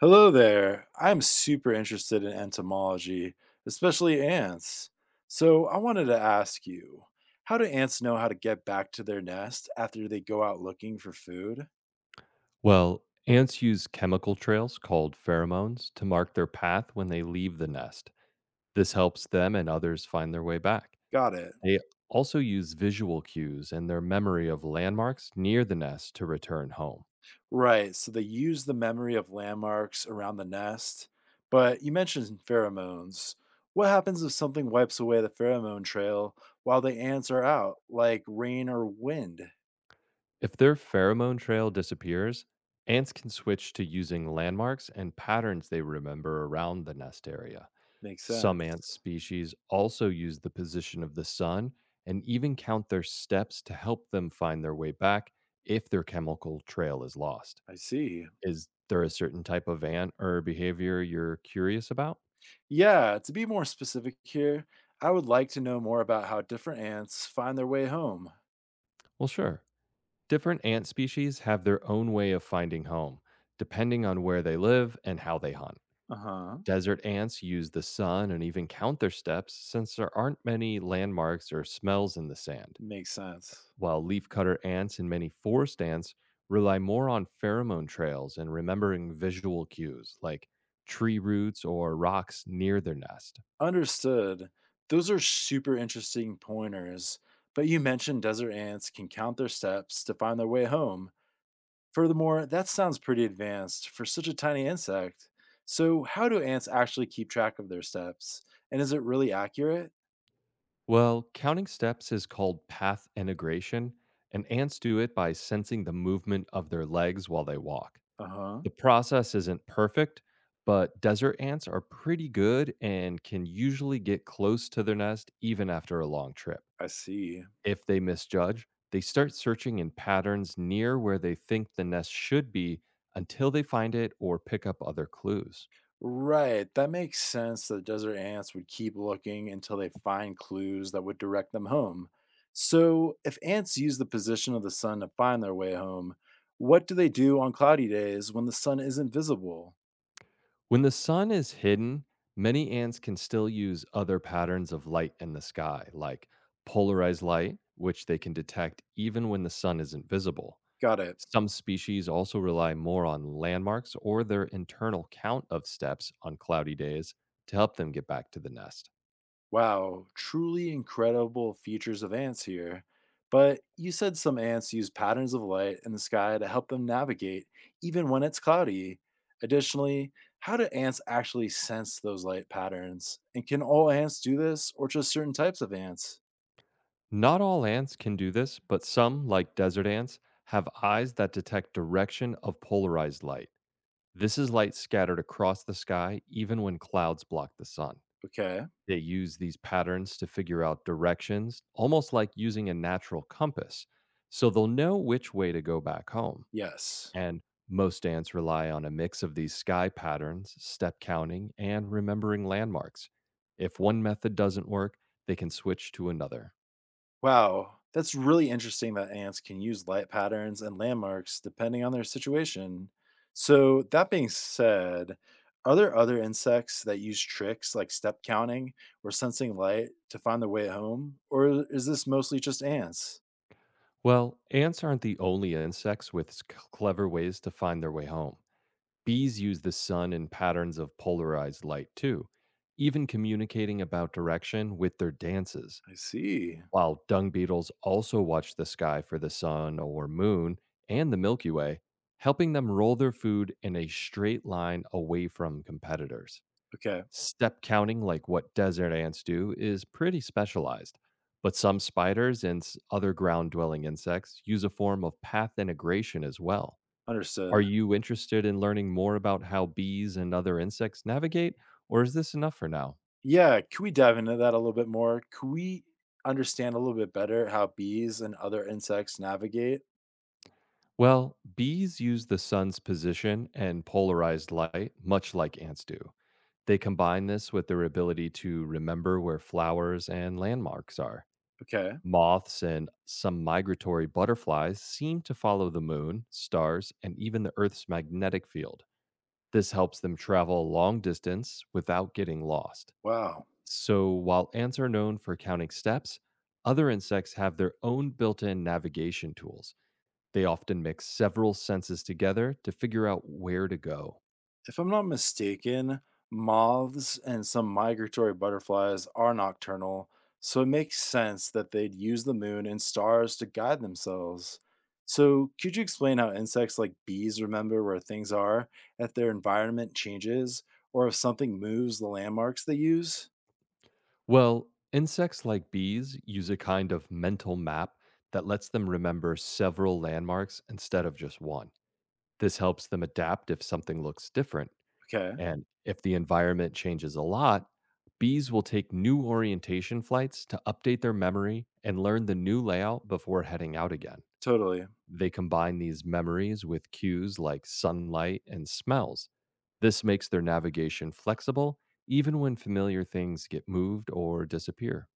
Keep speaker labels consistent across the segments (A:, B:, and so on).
A: Hello there. I'm super interested in entomology, especially ants. So I wanted to ask you, how do ants know how to get back to their nest after they go out looking for food?
B: Well, ants use chemical trails called pheromones to mark their path when they leave the nest. This helps them and others find their way back.
A: Got it.
B: They also use visual cues and their memory of landmarks near the nest to return home.
A: Right. So they use the memory of landmarks around the nest. But you mentioned pheromones. What happens if something wipes away the pheromone trail while the ants are out, like rain or wind?
B: If their pheromone trail disappears, ants can switch to using landmarks and patterns they remember around the nest area.
A: Makes
B: Some ant
A: sense.
B: species also use the position of the sun and even count their steps to help them find their way back if their chemical trail is lost.
A: I see.
B: Is there a certain type of ant or behavior you're curious about?
A: Yeah, to be more specific here, I would like to know more about how different ants find their way home.
B: Well, sure. Different ant species have their own way of finding home, depending on where they live and how they hunt.
A: Uh huh.
B: Desert ants use the sun and even count their steps since there aren't many landmarks or smells in the sand,
A: Makes sense.
B: while leafcutter ants and many forest ants rely more on pheromone trails and remembering visual cues like tree roots or rocks near their nest.
A: Understood. Those are super interesting pointers. But you mentioned desert ants can count their steps to find their way home. Furthermore, that sounds pretty advanced for such a tiny insect. So, how do ants actually keep track of their steps? And is it really accurate?
B: Well, counting steps is called path integration, and ants do it by sensing the movement of their legs while they walk.
A: Uh huh.
B: The process isn't perfect, but desert ants are pretty good and can usually get close to their nest even after a long trip.
A: I see.
B: If they misjudge, they start searching in patterns near where they think the nest should be until they find it or pick up other clues.
A: Right, that makes sense that desert ants would keep looking until they find clues that would direct them home. So, if ants use the position of the sun to find their way home, what do they do on cloudy days when the sun isn't visible?
B: When the sun is hidden, many ants can still use other patterns of light in the sky, like polarized light, which they can detect even when the sun isn't visible.
A: Got it.
B: Some species also rely more on landmarks or their internal count of steps on cloudy days to help them get back to the nest.
A: Wow, truly incredible features of ants here. But you said some ants use patterns of light in the sky to help them navigate, even when it's cloudy. Additionally, how do ants actually sense those light patterns? And can all ants do this, or just certain types of ants?
B: Not all ants can do this, but some, like desert ants, have eyes that detect direction of polarized light. This is light scattered across the sky even when clouds block the sun.
A: Okay,
B: They use these patterns to figure out directions, almost like using a natural compass, so they'll know which way to go back home.
A: yes.
B: And most ants rely on a mix of these sky patterns, step counting, and remembering landmarks. If one method doesn't work, they can switch to another.
A: Wow, that's really interesting that ants can use light patterns and landmarks depending on their situation. So, that being said, are there other insects that use tricks like step counting or sensing light to find their way home? Or is this mostly just ants?
B: Well, ants aren't the only insects with clever ways to find their way home. Bees use the sun and patterns of polarized light too, even communicating about direction with their dances.
A: I see.
B: While dung beetles also watch the sky for the sun or moon and the Milky Way, helping them roll their food in a straight line away from competitors.
A: Okay,
B: Step counting, like what desert ants do, is pretty specialized, but some spiders and other ground dwelling insects use a form of path integration as well.
A: understood.
B: Are you interested in learning more about how bees and other insects navigate, or is this enough for now?
A: Yeah, could we dive into that a little bit more? Could we understand a little bit better how bees and other insects navigate?
B: Well, bees use the sun's position and polarized light, much like ants do. They combine this with their ability to remember where flowers and landmarks are.
A: Okay,
B: Moths and some migratory butterflies seem to follow the moon, stars, and even the Earth's magnetic field. This helps them travel a long distance without getting lost.
A: wow.
B: So, while ants are known for counting steps, other insects have their own built in navigation tools. They often mix several senses together to figure out where to go.
A: If I'm not mistaken, moths and some migratory butterflies are nocturnal, so it makes sense that they'd use the moon and stars to guide themselves. So, could you explain how insects like bees remember where things are if their environment changes or if something moves the landmarks they use?
B: Well, insects like bees use a kind of mental map that lets them remember several landmarks instead of just one. This helps them adapt if something looks different,
A: Okay,
B: and if the environment changes a lot, bees will take new orientation flights to update their memory and learn the new layout before heading out again.
A: totally.
B: They combine these memories with cues like sunlight and smells. This makes their navigation flexible even when familiar things get moved or disappear.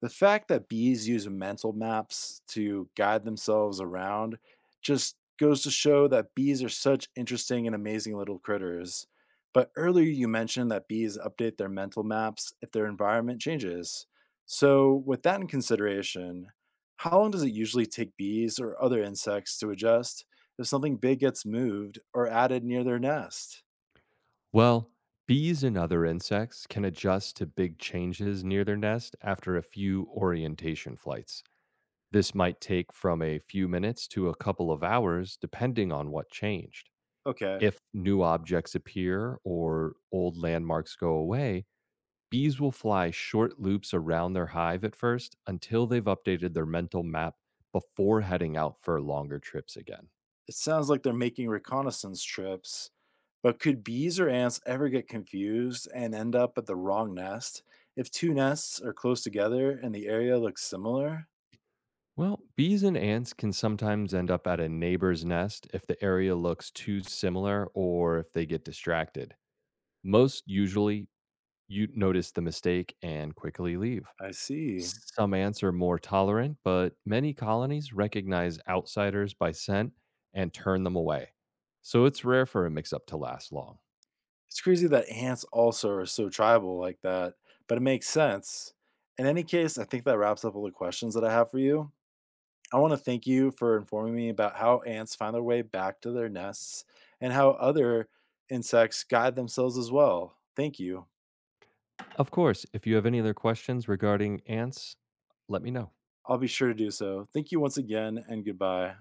A: The fact that bees use mental maps to guide themselves around just goes to show that bees are such interesting and amazing little critters. But earlier you mentioned that bees update their mental maps if their environment changes. So, with that in consideration, how long does it usually take bees or other insects to adjust if something big gets moved or added near their nest?
B: Well, bees and other insects can adjust to big changes near their nest after a few orientation flights. This might take from a few minutes to a couple of hours, depending on what changed.
A: Okay.
B: If new objects appear or old landmarks go away, bees will fly short loops around their hive at first until they've updated their mental map before heading out for longer trips again.
A: It sounds like they're making reconnaissance trips, but could bees or ants ever get confused and end up at the wrong nest if two nests are close together and the area looks similar?
B: Well, bees and ants can sometimes end up at a neighbor's nest if the area looks too similar or if they get distracted. Most usually, you notice the mistake and quickly leave.
A: I see.
B: Some ants are more tolerant, but many colonies recognize outsiders by scent and turn them away. So it's rare for a mix up to last long.
A: It's crazy that ants also are so tribal like that, but it makes sense. In any case, I think that wraps up all the questions that I have for you. I want to thank you for informing me about how ants find their way back to their nests and how other insects guide themselves as well. Thank you.
B: Of course, if you have any other questions regarding ants, let me know.
A: I'll be sure to do so. Thank you once again, and goodbye.